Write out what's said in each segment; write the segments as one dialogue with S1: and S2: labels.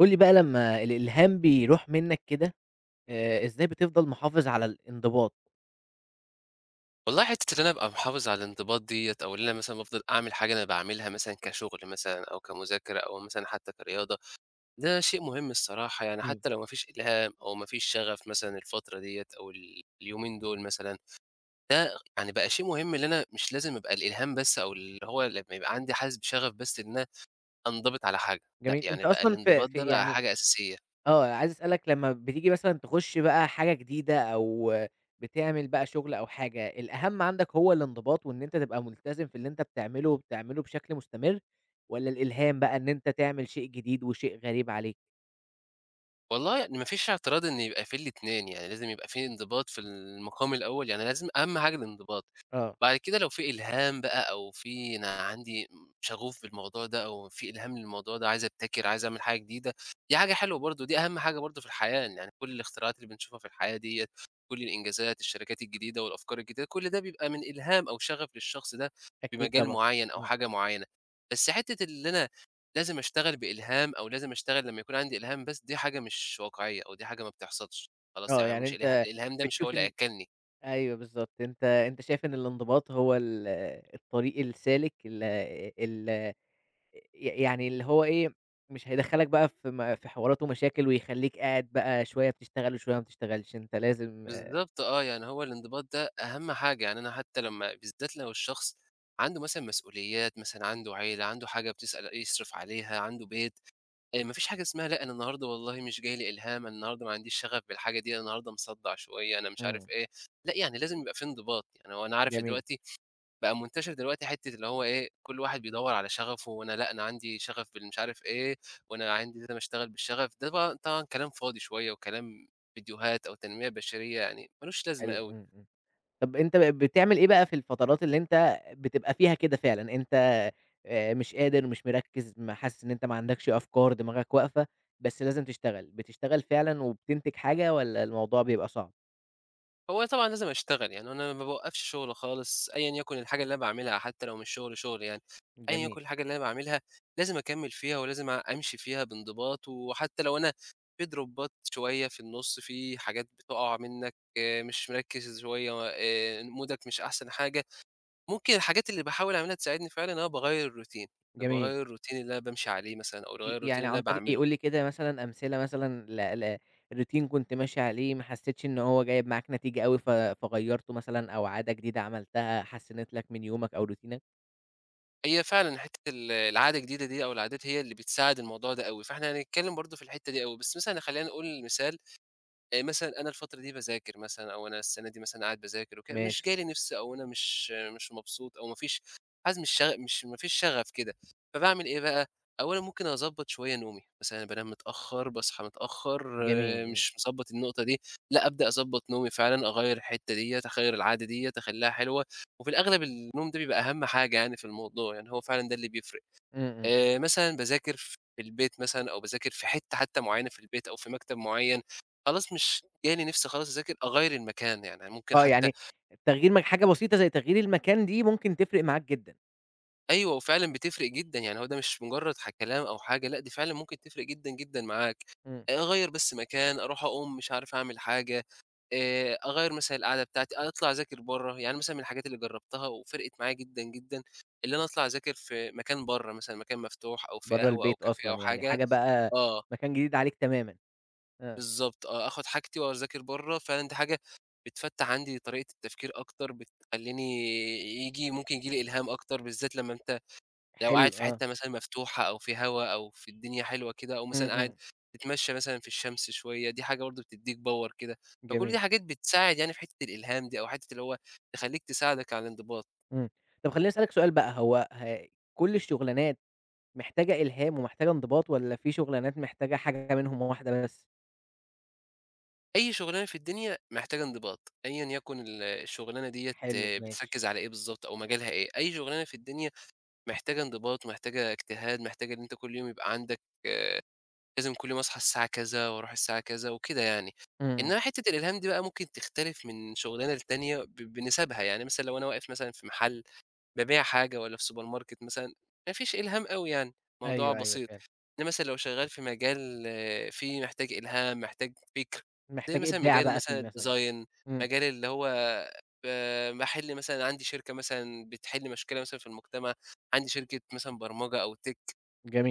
S1: قُل لي بقى لمّا الإلهام بيروح منّك كده، إزاي بتفضل محافظ على الانضباط؟
S2: والله حتّة إن أنا أبقى محافظ على الانضباط ديّة أو إن أنا مثلًا بافضل أعمل حاجة أنا باعملها مثلًا كشغل مثلًا أو كمذاكرة أو مثلًا حتّى كرياضة، ده شيء مهم الصراحة، يعني
S1: إمم.
S2: حتّى لو ما فيش إلهام أو ما فيش شغف مثلًا الفترة ديّة أو اليومين دول مثلًا، ده يعني بقى شيء مهم إن أنا مش لازم أبقى الإلهام بس أو اللي هو لمّا يبقى عندي حاسس بشغف بس إن أنا أنضبط على حاجة، لأ،
S1: جميل،
S2: يعني
S1: أنت
S2: بقى
S1: أصلًا في
S2: الانضباط ده
S1: في
S2: بقى
S1: يعني.
S2: حاجة أساسية.
S1: آه، عايز أسألك لمّا بتيجي مثلًا تخُش بقى حاجة جديدة أو بتعمل بقى شُغل أو حاجة، الأهم عندك هو الانضباط وإن أنت تبقى ملتزم في اللي أنت بتعمله وبتعمله بشكل مستمر، والّا الإلهام بقى إن أنت تعمل شيء جديد وشيء غريب عليك؟
S2: والله يعني ما فيش اعتراض إن يبقى في الاتنين، يعني لازم يبقى في انضباط في المقام الأول، يعني لازم أهم حاجة الانضباط.
S1: آه،
S2: بعد كده لو في إلهام بقى أو في أنا عندي شغوف بالموضوع ده أو في إلهام للموضوع ده عايز أبتكر، عايز أعمل حاجة جديدة، دي حاجة حلوة برضه، دي أهم حاجة برضه في الحياة، إن يعني كل الاختراعات اللي بنشوفها في الحياة ديّة، كل الإنجازات، الشركات الجديدة والأفكار الجديدة، كل ده بيبقى من إلهام أو شغف للشخص ده
S1: أكيد
S2: بمجال
S1: طبعًا.
S2: معيّن أو
S1: إمم.
S2: حاجة معيّنة. بس حتّة اللي أنا لازم أشتغل بإلهام أو لازم أشتغل لمّا يكون عندي إلهام بس، دي حاجة مش واقعية أو دي حاجة ما بتحصلش، خلاص
S1: آه،
S2: يعني
S1: يعني
S2: مش
S1: أنت
S2: الإلهام ده مش هو
S1: بتشوف
S2: اللي
S1: إن،
S2: هياكّلني.
S1: أيوه بالضبط، أنت شايف إن الانضباط هو الطريق السالك ال ال ي يعني اللي هو إيه، مش هيدخّلك بقى في حوارات ومشاكل ويخلّيك قاعد بقى شوية بتشتغل وشوية ما بتشتغلش، أنت لازم.
S2: بالضبط آه، يعني هو الانضباط ده أهم حاجة، يعني أنا حتى لمّا بالذات لو الشخص عنده مثلًا مسؤوليات، مثلًا عنده عيلة، عنده حاجة بتسأل يصرف عليها، عنده بيت، ما فيش حاجة اسمها لأ، أنا النهارده والله مش جاي لي إلهام، أنا النهارده ما عنديش شغف بالحاجة دي، أنا النهارده مصدّع شوية، أنا مش
S1: إمم،
S2: عارف إيه، لأ، يعني لازم يبقى في انضباط، يعني هو أنا عارف
S1: جميل،
S2: دلوقتي بقى منتشر دلوقتي حتة اللي هو إيه، كل واحد بيدوّر على شغفه، وأنا لأ، أنا عندي شغف بالمش عارف إيه، وأنا عندي لازم أشتغل بالشغف، ده بقى طبعًا كلام فاضي شوية وكلام فيديوهات أو تنمية بشرية يعني ما لوش لازمة
S1: حلو،
S2: أوي.
S1: إمم، إمم. طب أنت بتعمل إيه بقى في الفترات اللي أنت بتبقى فيها كده فعلًا، أنت مش قادر، مش مركّز، ما حاسس إن أنت ما عندكش أفكار، دماغك واقفة، بس لازم تشتغل، بتشتغل فعلًا وبتنتج حاجة والّا الموضوع بيبقى صعب؟
S2: هو أنا طبعًا لازم أشتغل، يعني أنا ما باوقّفش شغل خالص أيًا يكن الحاجة اللي أنا باعملها حتى لو مش شغل، شغل يعني، أيًا يكن
S1: جميل،
S2: الحاجة اللي أنا باعملها لازم أكمّل فيها ولازم أمشي فيها بانضباط، وحتى لو أنا في دروبات شوية في النُص، في حاجات بتُقع منّك، آه، مش مركّز شوية، مودك مش أحسن حاجة ممكن الحاجات اللي باحاول أعملها تساعدني فعلًا إن أنا باغيّر الروتين، أنا
S1: جميل.
S2: باغيّر الروتين اللي أنا بامشي عليه مثلًا أو باغيّر الروتين
S1: يعني
S2: اللي
S1: عن
S2: أنا
S1: طريق
S2: باعمله.
S1: يقول لي كده مثلًا أمثلة مثلًا ل ل routine كنت ماشي عليه ما حسيتش إن هو جايب معاك نتيجة أوي فغيّرته مثلًا أو عادة جديدة عملتها حسّنت لك من يومك أو روتينك؟
S2: هي فعلًا حتّة العادة الجديدة دي أو العادات هي اللي بتساعد الموضوع ده أوي، فإحنا هنتكلّم برضه في الحتّة دي أوي، بس مثلًا خلّينا نقول مثال مثلًا أنا الفترة دي باذاكر مثلًا أو أنا السنة دي مثلًا قاعد باذاكر وكده، مش
S1: ماشي،
S2: جاي لي نِفْس أو أنا مش مبسوط أو ما فيش حاسس مش شغ مش ما فيش شغف كده، فباعمل إيه بقى، أولًا ممكن أضبّط شوية نومي، مثلًا أنا بانام متأخّر، باصحى متأخّر، آه،
S1: جميل،
S2: مش مضبّط النقطة دي، لأ أبدأ أضبّط نومي فعلًا، أغيّر الحتّة ديّة، أغيّر العادة ديّة، أخلّيها حلوة، وفي الأغلب النوم ده بيبقى أهم حاجة يعني في الموضوع، يعني هو فعلًا ده اللي بيفرق.
S1: إمم، إمم.
S2: مثلًا باذاكر في البيت مثلًا أو باذاكر في حتّة معيّنة في البيت أو في مكتب معيّن، خلاص مش جالي نِفْس خلاص أذاكر، أغيّر المكان، يعني ممكن
S1: آه،
S2: حتّى
S1: يعني تغيير حاجة بسيطة زي تغيير المكان دي ممكن تفرق معاك جدًا.
S2: أيوه وفعلًا بتفرق جدًا، يعني هو ده مش مجرّد كلام أو حاجة، لأ دي فعلًا ممكن تفرق جدًا، جدًا معاك.
S1: إمم.
S2: أغيّر بس مكان، أروح أقوم مش عارف أعمل حاجة، أغيّر مثلًا القعدة بتاعتي، أطلع أذاكر برّه، يعني مثلًا من الحاجات اللي جرّبتها وفرقت معايا جدًا، جدًا، اللي أنا أطلع أذاكر في مكان برّه مثلًا، مكان مفتوح أو في
S1: برّه
S2: قهوة أو
S1: البيت
S2: كافيه
S1: أصلًا
S2: أو
S1: يعني
S2: حاجة
S1: حاجة بقى
S2: آه.
S1: مكان جديد عليك تمامًا، آه.
S2: بالضبط آه، آخُد حاجتي وأذاكر برّه، فعلًا دي حاجة بتفتَّح عندي طريقة التفكير أكتر، بتخلّيني ممكن ييجي لي إلهام أكتر، بالذات لمّا أنت لو
S1: حلو،
S2: قاعد في
S1: آه،
S2: حتّة مثلًا مفتوحة أو في هوا أو في الدنيا حلوة كده، أو
S1: إمم،
S2: مثلًا قاعد
S1: إمم،
S2: تتمشّى مثلًا في الشمس شوية، دي حاجة برضه بتدّيك power كده، فكل
S1: جميل،
S2: دي حاجات بتساعد يعني في حتّة الإلهام دي أو حتّة اللي هو تخلّيك تساعدك على الانضباط.
S1: إمم. طب خلّيني أسألك سؤال بقى، هو ه كل الشغلانات محتاجة إلهام ومحتاجة انضباط والّا في شغلانات محتاجة حاجة منهم واحدة بس؟
S2: أي شُغلانة في الدنيا محتاجة انضباط، أيًا يكن الشُغلانة ديّة
S1: حلو، ماشي.
S2: بتركّز على إيه بالضبط أو مجالها إيه، أي شُغلانة في الدنيا محتاجة انضباط، محتاجة اجتهاد، محتاجة إن أنت كل يوم يبقى عندك آه، لازم كل يوم أصحى الساعة كذا وأروح الساعة كذا وكده يعني.
S1: إمم.
S2: إنما حتة الإلهام دي بقى ممكن تختلف من شغلانة للتانية بنسبها، يعني مثلًا لو أنا واقف مثلًا في محل بابيع حاجة والّا في سوبر ماركت مثلًا، ما فيش إلهام أوي يعني، الموضوع
S1: أيوه، أيوه
S2: بسيط.
S1: فعلًا.
S2: إنما مثلًا لو شغال في مجال آه، فيه محتاج إلهام، محتاج فكر، زي
S1: محتاج
S2: مثلًا
S1: إبداع
S2: مجال
S1: بقى
S2: مثلًا
S1: فيه مثلًا.
S2: الdesign
S1: إمم،
S2: مجال اللي هو باحل مثلًا عندي شركة مثلًا بتحل مشكلة مثلًا في المجتمع، عندي شركة مثلًا برمجة أو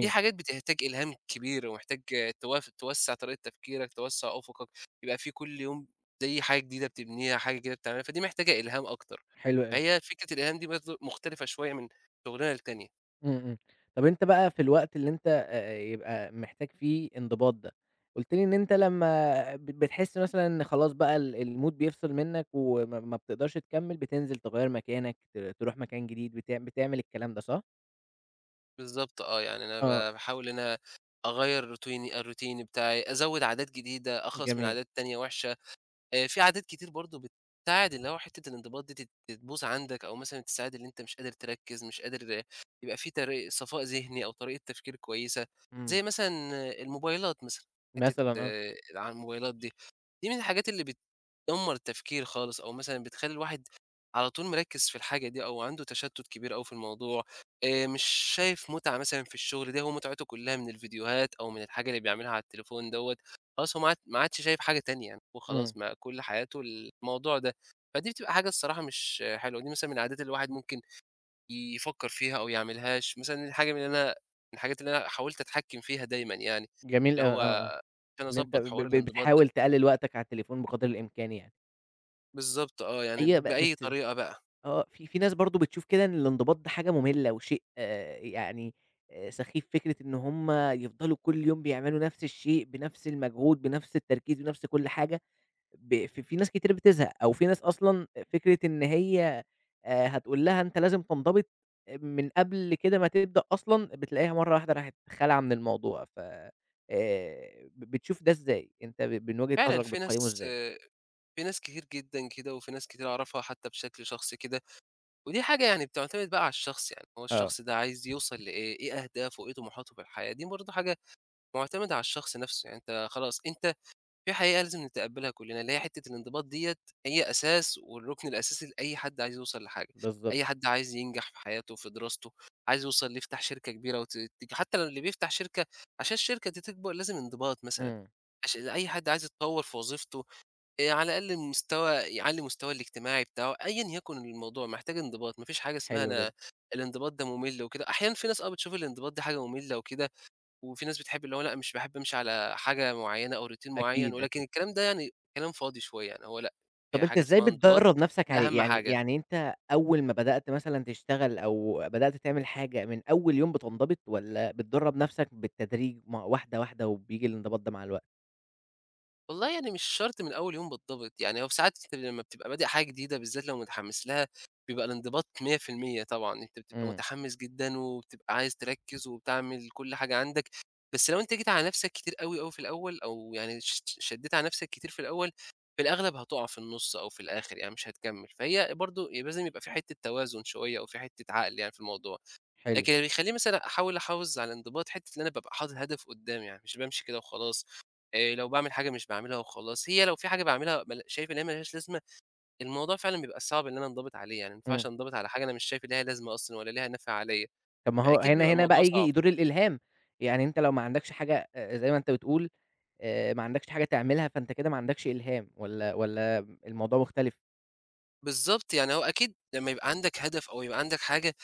S2: في حاجات بتحتاج إلهام كبير، ومحتاج توسّع طريقة تفكيرك، توسّع أفقك، يبقى في كل يوم زي حاجة جديدة بتبنيها، حاجة جديدة بتعملها، فدي محتاجة إلهام أكتر.
S1: حلو أوي.
S2: فهي فكرة الإلهام دي برضه مختلفة شوية من شغلانة للتانية.
S1: إمم، إمم. طب أنت بقى في الوقت اللي أنت يبقى محتاج فيه انضباط ده، قُلت لي إن أنت لمّا بتحس مثلًا إن خلاص بقى الMood بيفصل منّك وما ما بتقدرش تكمّل، بتنزل تغيّر مكانك، تروح مكان جديد، بتعمل الكلام ده صح؟
S2: بالضبط آه، يعني أنا
S1: آه،
S2: باحاول إن أنا أغيّر الروتين بتاعي، أزوّد عادات جديدة، أخلص من
S1: جميل.
S2: عادات تانية وحشة. في عادات كتير برضه بتساعد اللي هو حتّة الانضباط دي تبوظ عندك أو مثلًا تساعد اللي أنت مش قادر تركّز، مش قادر آه، يبقى في طريق صفاء ذهني أو طريقة تفكير كويسة،
S1: إمم،
S2: زي مثلًا آه، الموبايلات مثلًا، حتّة
S1: مثلًا آه،
S2: آه، على الموبايلات دي، دي من الحاجات اللي بتدمّر التفكير خالص أو مثلًا بتخلّي الواحد على طول مركّز في الحاجة دي أو عنده تشتُّت كبير أوي في الموضوع، مش شايف مُتعة مثلًا في الشغل، ده هو مُتعته كُلّها من الفيديوهات أو من الحاجة اللي بيعملها على التليفون دوّة. خلاص هو ما عادش شايف حاجة تانية يعني، هو
S1: إمم،
S2: خلاص ما كل حياته الموضوع ده، فدي بتبقى حاجة الصراحة مش حلوة، دي مثلًا من العادات اللي الواحد ممكن يفكّر فيها أو يعملهاش، مثلًا الحاجة من اللي أنا من الحاجات اللي أنا حاولت أتحكّم فيها دايمًا يعني،
S1: جميل
S2: اللي
S1: أوي،
S2: هو
S1: آه، آه.
S2: عشان
S1: إن أنت
S2: أضبّط
S1: ب
S2: حوار
S1: ب
S2: الانضباط ده،
S1: بتحاول تقلل وقتك على التليفون بقدر الإمكان يعني.
S2: بالضبط آه، يعني
S1: أيوه
S2: بأي
S1: بس.
S2: طريقة بقى،
S1: آه، في ناس برضه بتشوف كده إن الانضباط ده حاجة مملة وشيء يعني سخيف، فكرة إن هُم يفضلوا كل يوم بيعملوا نفس الشيء بنفس المجهود بنفس التركيز بنفس كل حاجة. في ناس كتير بتزهق، أو في ناس أصلًا فكرة إن هي هتقول لها أنت لازم تنضبط من قبل كده ما تبدأ أصلًا، بتلاقيها مرّة واحدة راحت خالعة من الموضوع، بتشوف ده إزاي؟ أنت من وجهة
S2: فعلًا
S1: نظرك
S2: في
S1: بتقيّمه
S2: ناس
S1: إزاي؟
S2: آه، في ناس كتير جدًا كده وفي ناس كتير أعرفها حتى بشكل شخصي كده، ودي حاجة يعني بتعتمد بقى على الشخص يعني، هو
S1: آه،
S2: الشخص ده عايز يوصل لإيه، إيه أهدافه، إيه طموحاته في الحياة، دي برضه حاجة مُعتمد على الشخص نَفْسه، يعني أنت في حقيقة لازم نتقبّلها كُلّنا، اللي هي حتّة الانضباط ديّة هي أساس والرُكن الأساسي لأي حد عايز يوصل لحاجة،
S1: بالضبط،
S2: أي حد عايز ينجح في حياته، في دراسته، عايز يوصل ليفتح شركة كبيرة وت ت حتّى لو اللي بيفتح شركة عشان الشركة دي تكبر لازم انضباط مثلًا،
S1: إمم،
S2: أي حد عايز يتطوّر في وظيفته على الأقل مستوى يعلّي مستواه الاجتماعي بتاعه، أيًا يكن الموضوع محتاج انضباط، ما فيش حاجة اسمها
S1: حلو
S2: أنا
S1: جدًا،
S2: الانضباط ده مُمِل وكده، أحيانًا في ناس آه بتشوف الانضباط ده حاجة مُمِلّة وكده وفي ناس بتحب اللي هو لأ، مش باحب أمشي على حاجة معيّنة أو روتين معيّن،
S1: أكيد،
S2: ولكن
S1: أكيد.
S2: الكلام ده يعني كلام فاضي شوية، يعني هو لأ، هي
S1: طَب أنت
S2: حاجة
S1: إزاي
S2: اسمها انضباط،
S1: بتدرّب نفْسك
S2: ده
S1: عليه؟
S2: أهم
S1: يعني
S2: حاجة.
S1: يعني أنت أول ما بدأت مثلًا تشتغل أو بدأت تعمل حاجة، من أول يوم بتنضبط والّا بتدرّب نفْسك بالتدريج مع واحدة، واحدة وبييجي الانضباط ده مع الوقت؟
S2: والله يعني مش شرط من أول يوم بالضبط، يعني هو في ساعات أنت لمّا بتبقى بادئ حاجة جديدة بالذات لو متحمّس لها، بيبقى الانضباط 100% طبعًا، أنت بتبقى
S1: إمم،
S2: متحمّس جدًا وبتبقى عايز تركّز وبتعمل كل حاجة عندك، بس لو أنت جيت على نَفْسك كتير أوي، أوي في الأول أو يعني شدّيت على نَفْسك كتير في الأول، في الأغلب هتُقع في النُص أو في الآخر يعني مش هتكمّل، فهي برضه لازم يبقى في حتّة توازن شوية أو في حتّة عقل يعني في الموضوع.
S1: حلو،
S2: لكن اللي بيخلّيني مثلًا أحاول أحافظ على الانضباط حتّة إن أنا بابقى حاطط هدف قدّامي، يعني مش بامشي كده وخلاص، لو باعمل حاجة مش باعملها وخلاص، هي لو في حاجة باعملها شايف إن هي ما لهاش لازمة، الموضوع فعلًا بيبقى صعب إن أنا أنضبط عليه، يعني ما ينفعش
S1: إمم.
S2: أنضبط على حاجة أنا مش شايف إن ليها لازمة أصلًا ولا ليها نَفْع عليّا،
S1: طب ما هو
S2: فأكيد بيبقى
S1: هنا
S2: الموضوع
S1: بقى
S2: صعب.
S1: ييجي دور الإلهام. يعني أنت لو ما عندكش حاجة زي ما أنت بتقول ما عندكش حاجة تعملها فأنت كده ما عندكش إلهام والّا الموضوع مختلف؟
S2: بالضبط، يعني هو أكيد لمّا يبقى عندك هدف أو يبقى عندك حاجة،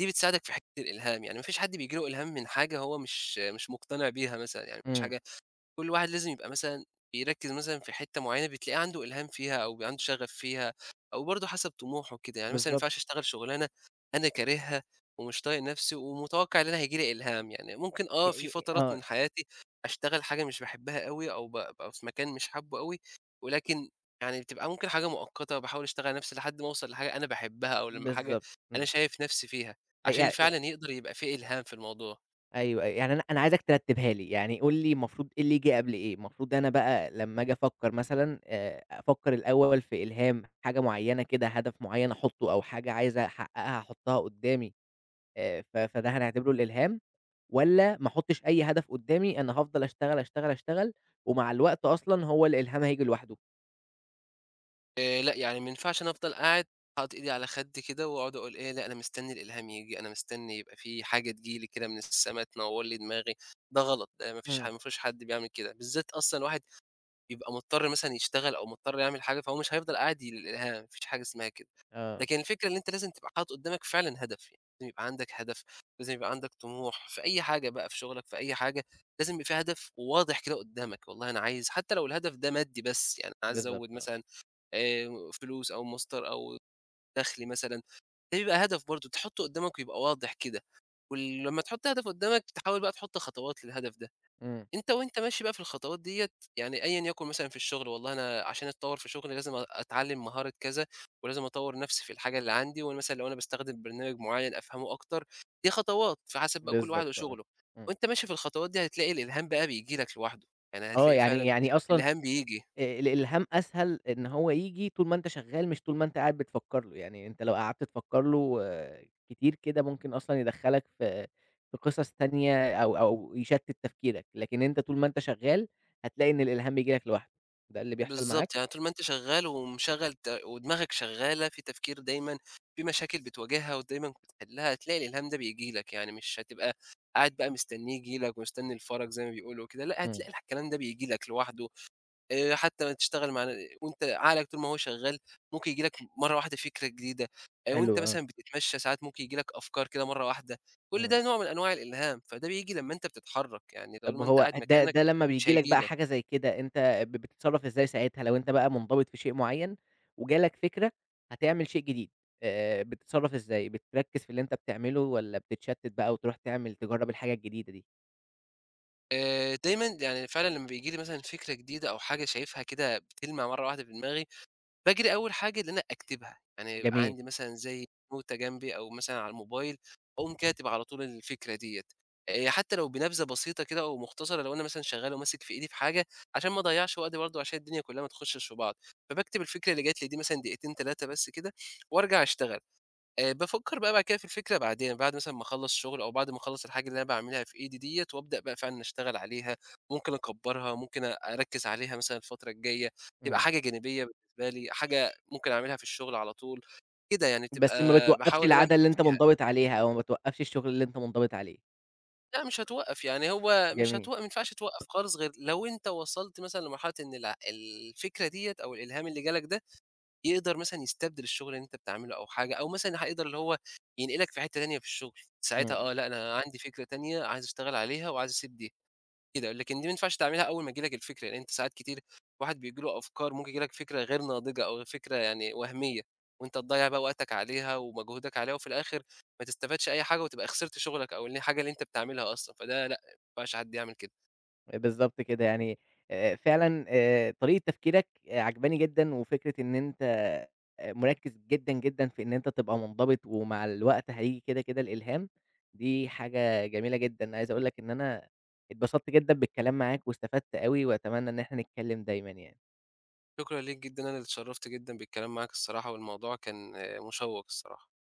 S2: دي بتساعدك في حتّة الإلهام، يعني ما فيش حد بييجي له إلهام من حاجة هو مش مقتنع بيها مثلًا، يعني ما فيش
S1: إمم.
S2: حاجة كل واحد لازم يبقى مثلًا بيركّز مثلًا في حتّة معيّنة بتلاقيه عنده إلهام فيها أو عنده شغف فيها، أو برضه حسب طموحه كده، يعني مثلًا ما
S1: بالضبط.
S2: ينفعش أشتغل شغلانة أنا كارهها ومش طايق نفسي ومتوقع إن أنا هييجي لي إلهام، يعني ممكن
S1: ي
S2: آه في
S1: ي
S2: فترات
S1: آه،
S2: من حياتي أشتغل حاجة مش باحبها أوي أو أبقى في مكان مش حابه أوي، ولكن يعني بتبقى ممكن حاجة مؤقتة باحاول أشتغل على نفسي لحد ما أوصل لحاجة أنا باحبها أو لمّا حاجة
S1: بالضبط،
S2: أنا
S1: إمم.
S2: شايف نفسي فيها،
S1: أ
S2: عشان
S1: يع يع
S2: فعلًا يقدر يبقى في إلهام في الموضوع.
S1: أيوه، أيوه، يعني أنا عايزك ترتبها لي، يعني قُل لي المفروض إيه اللي ييجي قبل إيه؟ المفروض أنا بقى لمّا آجي أفكّر مثلًا أفكّر الأول في إلهام، حاجة معيّنة كده، هدف معيّن أحطّه أو حاجة عايز أحققها أحطّها قدّامي، فده هنعتبره الإلهام؟ والّا ما احطش أي هدف قدّامي، أنا هافضل أشتغل، أشتغل، أشتغل، ومع الوقت أصلًا هو الإلهام هييجي لوحده؟
S2: لأ، يعني ما ينفعش أنا أفضل قاعد حاطط إيدي على خدّي كده وأقعد أقول إيه، لأ أنا مستني الإلهام ييجي، أنا مستني يبقى في حاجة تيجي لي كده من السما تنوّر لي دماغي، ده غلط، ده
S1: إمم،
S2: ما فيش حد بيعمل كده، بالذات أصلًا الواحد بيبقى مضطر مثلًا يشتغل أو مضطر يعمل حاجة، فهو مش هيفضل قاعد للإلهام، ما فيش حاجة اسمها كده،
S1: آه،
S2: لكن الفكرة إن أنت لازم تبقى حاطط قدّامك فعلًا هدف، يعني لازم يبقى عندك هدف، لازم يبقى عندك طموح في أي حاجة بقى، في شغلك، في أي حاجة، لازم يبقى في هدف واضح كده قدّامك، والله أنا عايز حتى لو الهدف ده مادي بس، يعني أنا عايز أزوّد
S1: بالضبط آه،
S2: مثلًا فلوس أو مصدر أو دخل مثلًا، ده بيبقى هدف برضه تحطه قدامك ويبقى واضح كده، ولمّا تحط هدف قدامك تحاول بقى تحط خطوات للهدف ده،
S1: إمم،
S2: أنت وأنت ماشي بقى في الخطوات ديّة يعني أيًا يكن مثلًا في الشغل والله أنا عشان أتطوّر في شغلي لازم أتعلّم مهارة كذا، ولازم أطوّر نفسي في الحاجة اللي عندي، وأنا مثلًا لو أنا باستخدم برنامج معيّن أفهمه أكتر، دي خطوات في حسب بقى كل واحد
S1: بالضبط آه،
S2: وشغله،
S1: إمم.
S2: وأنت ماشي في الخطوات دي هتلاقي الإلهام بقى بييجي لك لوحده، يعني
S1: آه،
S2: هتلاقي
S1: يعني
S2: فعلًا
S1: يعني أصلًا
S2: الإلهام بييجي.
S1: الإلهام أسهل إن هو ييجي طول ما أنت شغال، مش طول ما أنت قاعد بتفكّر له، يعني أنت لو قعدت تفكّر له آه، كتير كده ممكن أصلًا يدخّلك في قصص تانية أو يشتِّت تفكيرك، لكن أنت طول ما أنت شغال هتلاقي إن الإلهام بييجي لك لوحده، ده اللي بيحصل معاك؟
S2: بالضبط، يعني طول ما أنت شغّال ومشغّل د ودماغك شغّالة في تفكير دايمًا، في مشاكل بتواجهها ودايمًا بتحلّها، هتلاقي الإلهام ده بييجي لك، يعني مش هتبقى قاعد بقى مستنّيه ييجي لك ومستنّي الفَرَج زي ما بيقولوا وكده، لأ
S1: إمم،
S2: هتلاقي الكلام ده بييجي لك لوحده، حتى ما تشتغل مع ن وأنت عقلك طول ما هو شغّال ممكن ييجي لك مرّة واحدة فكرة جديدة، وأنت
S1: حلو آه،
S2: مثلًا بتتمشّى ساعات ممكن ييجي لك أفكار كده مرّة واحدة، كل
S1: إمم.
S2: ده نوع من أنواع الإلهام، فده بييجي لمّا أنت بتتحرّك، يعني طول
S1: طب ما
S2: ما أنت
S1: هو
S2: قاعد
S1: ده
S2: مكانك
S1: ده لمّا
S2: مش
S1: بييجي لك
S2: هييجي
S1: بقى
S2: لك.
S1: حاجة زي كده، أنت بتتصرّف إزاي ساعتها؟ لو أنت بقى منضبط في شيء معيّن وجالك فكرة هتعمل شيء جديد، بتتصرّف إزاي؟ بتركّز في اللي أنت بتعمله والّا بتتشتت بقى وتروح تعمل تجرّب الحاجة الجديدة دي؟
S2: دايمًا يعني فعلًا لمّا بييجي لي مثلًا فكرة جديدة أو حاجة شايفها كده بتلمع مرّة واحدة في دماغي، باجري أول حاجة إن أنا أكتبها، يعني يبقى
S1: جميل،
S2: عندي مثلًا زي نوتة جنبي أو مثلًا على الموبايل، أقوم كاتب على طول الفكرة ديّة، حتى لو بنبذة بسيطة كده أو مختصرة لو أنا مثلًا شغّال وماسك في إيدي في حاجة، عشان ما أضيّعش وقتي برضه عشان الدنيا كلّها ما تخشش في بعض، فباكتب الفكرة اللي جات لي دي مثلًا دقيقتين 3 بس كده وارجع أشتغل. بافكّر بقى بعد كده في الفكرة بعدين، بعد مثلًا ما أخلّص شغل أو بعد ما أخلّص الحاجة اللي أنا باعملها في إيدي ديّة وأبدأ بقى فعلًا أشتغل عليها، ممكن أكبّرها، ممكن أركّز عليها مثلًا الفترة الجاية، تبقى
S1: إمم.
S2: حاجة جانبية بالنسبة لي، حاجة ممكن أعملها في الشغل على طول، كده يعني
S1: بس ما
S2: بتبقى
S1: بتوقّفش
S2: باحاول إن أنا
S1: العادة
S2: أمسك
S1: اللي أنت
S2: فيها.
S1: منضبط عليها أو ما بتوقّفش الشغل اللي أنت منضبط عليه.
S2: لأ مش هتوقّف، يعني هو مش
S1: جميل،
S2: هتوق ما ينفعش توقّف خالص غير لو أنت وصلت مثلًا لمرحلة إن الفكرة ديّة أو الإلهام اللي جالك ده يقدر مثلًا يستبدل الشغل اللي أنت بتعمله أو حاجة، أو مثلًا هيقدر اللي هو ينقلك في حتّة تانية في الشغل، ساعتها
S1: إمم.
S2: آه، لأ أنا عندي فكرة تانية عايز أشتغل عليها وعايز أسيب دي، كده، لكن دي ما ينفعش تعملها أول ما ييجي لك الفكرة، لأن أنت ساعات كتير الواحد بييجي له أفكار ممكن ييجي لك فكرة غير ناضجة أو فكرة يعني وهمية، وأنت تضيّع بقى وقتك عليها ومجهودك عليها، وفي الآخر ما تستفادش أي حاجة وتبقى خسرت شغلك أو الحاجة اللي أنت بتعملها أصلًا، فده لأ، ما ينفعش حد يعمل كده.
S1: بالضبط كده، يعني فعلًا طريقة تفكيرك عاجباني جدًا، وفكرة إن أنت مركّز جدًا، جدًا في إن أنت تبقى منضبط، ومع الوقت هييجي كده الإلهام. دي حاجة جميلة جدًا. عايز أقول لك إن أنا اتبسطت جدًا بالكلام معاك، واستفدت أوي، وأتمنى إن إحنا نتكلم دايمًا يعني.
S2: شكرًا ليك جدًا، أنا اللي اتشرفت جدًا بالكلام معاك الصراحة، والموضوع كان آه، مشوّق الصراحة.